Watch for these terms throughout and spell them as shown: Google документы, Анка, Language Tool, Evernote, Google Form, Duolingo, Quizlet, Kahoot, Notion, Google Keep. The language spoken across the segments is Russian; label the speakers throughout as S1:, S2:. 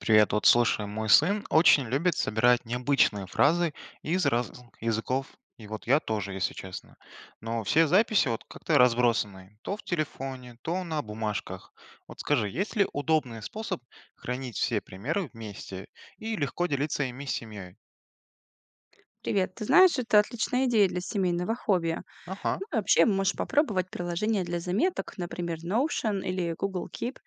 S1: Привет, вот слушай, мой сын очень любит собирать необычные фразы из разных языков, и вот я тоже, если честно. Но все записи вот как-то разбросаны, то в телефоне, то на бумажках. Вот скажи, есть ли удобный способ хранить все примеры вместе и легко делиться ими с семьей?
S2: Привет, ты знаешь, это отличная идея для семейного хобби.
S1: Ага.
S2: Ну и вообще можешь попробовать приложения для заметок, например, Notion или Google Keep.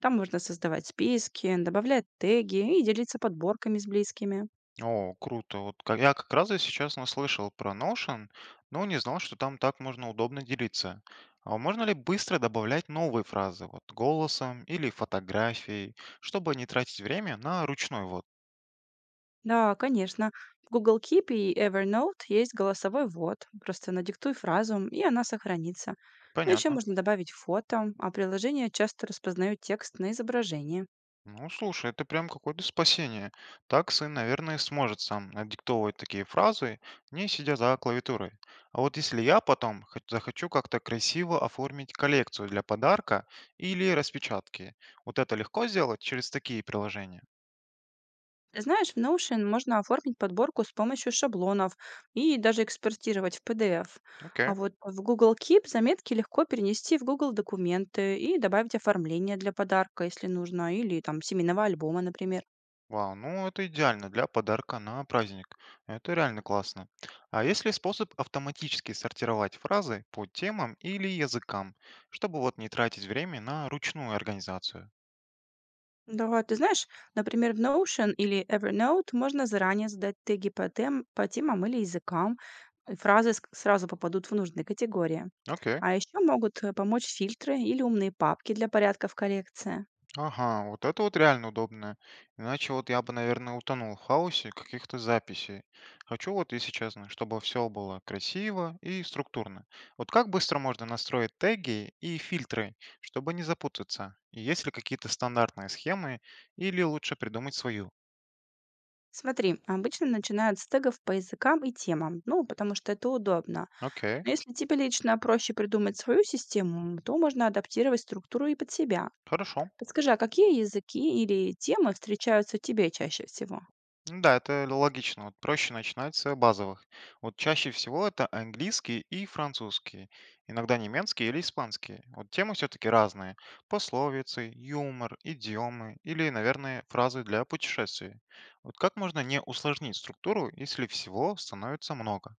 S2: Там можно создавать списки, добавлять теги и делиться подборками с близкими.
S1: О, круто. Я как раз и сейчас наслышал про Notion, но не знал, что там так можно удобно делиться. А можно ли быстро добавлять новые фразы, вот голосом или фотографией, чтобы не тратить время на ручной вот?
S2: Да, конечно. В Google Keep и Evernote есть голосовой ввод. Просто надиктуй фразу, и она сохранится. Ну, еще
S1: Понятно.
S2: можно добавить фото, а приложения часто распознают текст на изображении.
S1: Ну, слушай, это прям какое-то спасение. Так сын, наверное, сможет сам надиктовывать такие фразы, не сидя за клавиатурой. А вот если я потом захочу как-то красиво оформить коллекцию для подарка или распечатки, вот это легко сделать через такие приложения?
S2: Знаешь, в Notion можно оформить подборку с помощью шаблонов и даже экспортировать в PDF.
S1: Окей.
S2: А вот в Google Keep заметки легко перенести в Google документы и добавить оформление для подарка, если нужно, или там семейного альбома, например.
S1: Вау, ну это идеально для подарка на праздник. Это реально классно. А есть ли способ автоматически сортировать фразы по темам или языкам, чтобы вот не тратить время на ручную организацию?
S2: Да, ты знаешь, например, в Notion или Evernote можно заранее задать теги по темам или языкам, и фразы сразу попадут в нужные категории.
S1: Окей.
S2: А еще могут помочь фильтры или умные папки для порядка в коллекции.
S1: Ага, вот это вот реально удобно. Иначе вот я бы, наверное, утонул в хаосе каких-то записей. Хочу вот, если честно, чтобы все было красиво и структурно. Вот как быстро можно настроить теги и фильтры, чтобы не запутаться? И есть ли какие-то стандартные схемы или лучше придумать свою?
S2: Смотри, обычно начинают с тегов по языкам и темам, ну, потому что это удобно.
S1: Окей,
S2: Но если тебе лично проще придумать свою систему, то можно адаптировать структуру и под себя.
S1: хорошо.
S2: Подскажи, а какие языки или темы встречаются тебе чаще всего?
S1: Ну да, это логично. Вот проще начинать с базовых. Вот чаще всего это английский и французский, иногда немецкий или испанский. Вот темы все-таки разные. Пословицы, юмор, идиомы или, наверное, фразы для путешествий. Вот как можно не усложнить структуру, если всего становится много?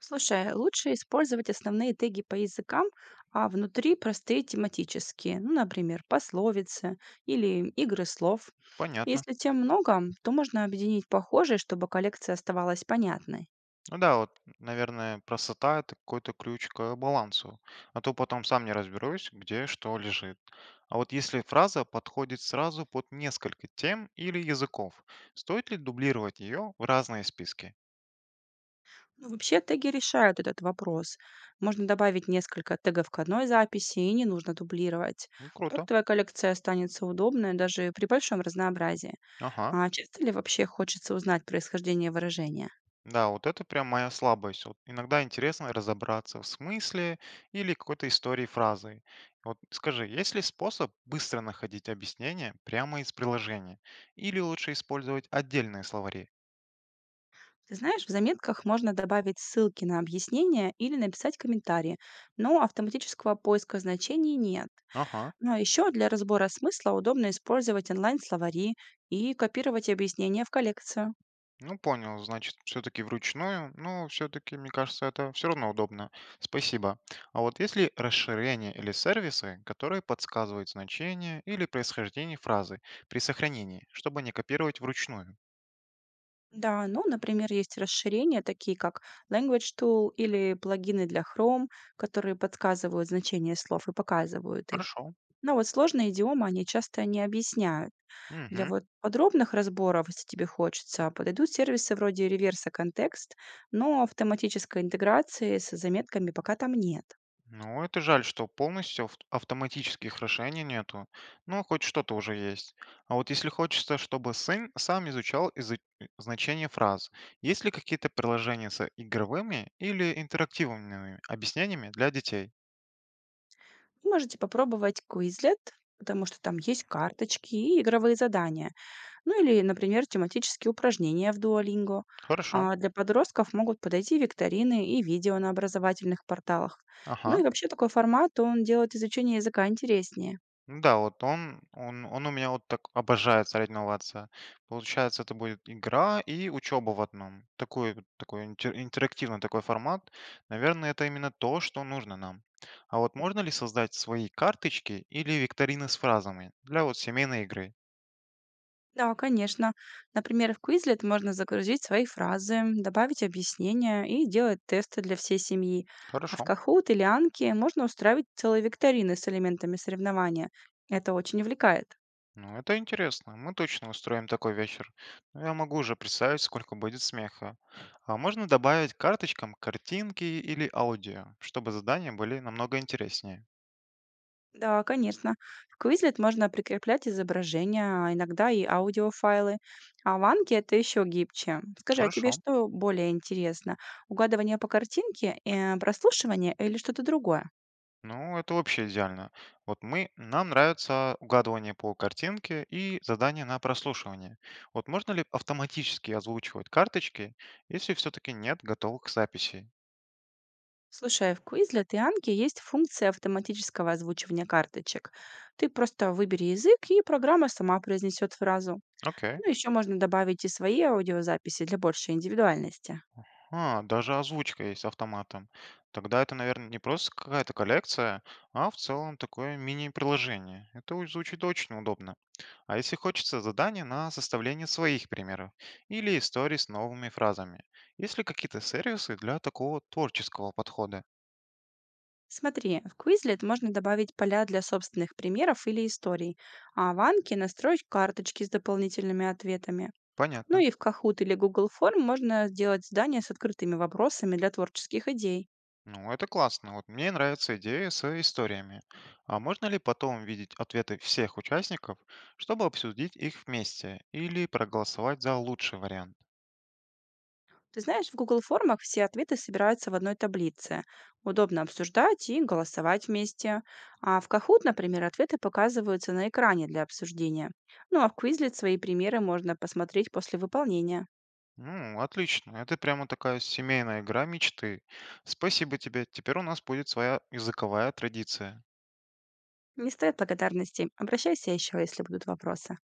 S2: Слушай, лучше использовать основные теги по языкам, а внутри простые тематические, ну, например, пословицы или игры слов.
S1: Понятно.
S2: Если тем много, то можно объединить похожие, чтобы коллекция оставалась понятной.
S1: Ну да, вот, наверное, простота – это какой-то ключ к балансу. А то потом сам не разберусь, где что лежит. А вот если фраза подходит сразу под несколько тем или языков, стоит ли дублировать ее в разные списки?
S2: Ну, вообще теги решают этот вопрос. Можно добавить несколько тегов к одной записи и не нужно дублировать.
S1: Ну,
S2: Так
S1: круто.
S2: твоя коллекция останется удобной даже при большом разнообразии.
S1: Ага.
S2: А часто ли вообще хочется узнать происхождение выражения?
S1: Да, вот это прям моя слабость. Вот иногда интересно разобраться в смысле или какой-то истории фразы. Вот скажи, есть ли способ быстро находить объяснение прямо из приложения? Или лучше использовать отдельные словари?
S2: Ты знаешь, в заметках можно добавить ссылки на объяснение или написать комментарии, но автоматического поиска значений нет.
S1: Ага.
S2: Ну а еще для разбора смысла удобно использовать онлайн-словари и копировать объяснения в коллекцию.
S1: Ну, понял, значит, все-таки вручную, но все-таки, мне кажется, это все равно удобно. Спасибо. А вот есть ли расширения или сервисы, которые подсказывают значение или происхождение фразы при сохранении, чтобы не копировать вручную?
S2: Да, ну, например, есть расширения, такие как Language Tool или плагины для Chrome, которые подсказывают значение слов и показывают их.
S1: Хорошо.
S2: Но вот сложные идиомы они часто не объясняют. Для
S1: Мгм.
S2: вот подробных разборов, если тебе хочется, подойдут сервисы вроде реверса контекст, но автоматической интеграции с заметками пока там нет.
S1: Ну, это жаль, что полностью автоматических решений нету. Ну, хоть что-то уже есть. А вот если хочется, чтобы сын сам изучал значение фраз, есть ли какие-то приложения с игровыми или интерактивными объяснениями для детей?
S2: Можете попробовать Quizlet, потому что там есть карточки и игровые задания. Ну или, например, тематические упражнения в Duolingo.
S1: Хорошо.
S2: А для подростков могут подойти викторины и видео на образовательных порталах. Ну и
S1: Ага.
S2: вообще такой формат, он делает изучение языка интереснее.
S1: Ну да, вот он, он у меня вот так обожает соревноваться. Получается, это будет игра и учеба в одном. Такой, такой интерактивный такой формат. Наверное, это именно то, что нужно нам. А вот можно ли создать свои карточки или викторины с фразами для вот семейной игры?
S2: Да, конечно. Например, в Quizlet можно загрузить свои фразы, добавить объяснения и делать тесты для всей семьи. А в
S1: Хорошо.
S2: Kahoot или Анке можно устраивать целые викторины с элементами соревнования. Это очень увлекает.
S1: Ну, это интересно. Мы точно устроим такой вечер. Ну, я могу уже представить, сколько будет смеха. А можно добавить к карточкам картинки или аудио, чтобы задания были намного интереснее?
S2: Да, конечно. К Quizlet можно прикреплять изображения, а иногда и аудиофайлы. А в это еще гибче. Скажи, а тебе
S1: Хорошо.
S2: что более интересно? Угадывание по картинке, прослушивание или что-то другое?
S1: Ну, это вообще идеально. Вот мы, нам нравится угадывание по картинке и задание на прослушивание. Вот можно ли автоматически озвучивать карточки, если все-таки нет готовых записей?
S2: Слушай, в Quizlet и Анке есть функция автоматического озвучивания карточек. Ты просто выбери язык, и программа сама произнесет фразу.
S1: Окей.
S2: Ну, еще можно добавить и свои аудиозаписи для большей индивидуальности.
S1: А, даже озвучка есть автоматом. Тогда это, наверное, не просто какая-то коллекция, а в целом такое мини-приложение. Звучит очень удобно. А если хочется задание на составление своих примеров или историй с новыми фразами? Есть ли какие-то сервисы для такого творческого подхода?
S2: Смотри, в Quizlet можно добавить поля для собственных примеров или историй, а в Анке настроить карточки с дополнительными ответами. Ну
S1: Понятно.
S2: и в Kahoot или Google Form можно сделать задания с открытыми вопросами для творческих идей.
S1: Ну, это классно. Вот мне нравится идея с историями. А можно ли потом увидеть ответы всех участников, чтобы обсудить их вместе или проголосовать за лучший вариант?
S2: Ты знаешь, в Google формах все ответы собираются в одной таблице. Удобно обсуждать и голосовать вместе. А в Kahoot, например, ответы показываются на экране для обсуждения. Ну а в Quizlet свои примеры можно посмотреть после выполнения.
S1: Ну, отлично. Это прямо такая семейная игра мечты. Спасибо тебе. Теперь у нас будет своя языковая традиция.
S2: Не стоит благодарности. Обращайся еще, если будут вопросы.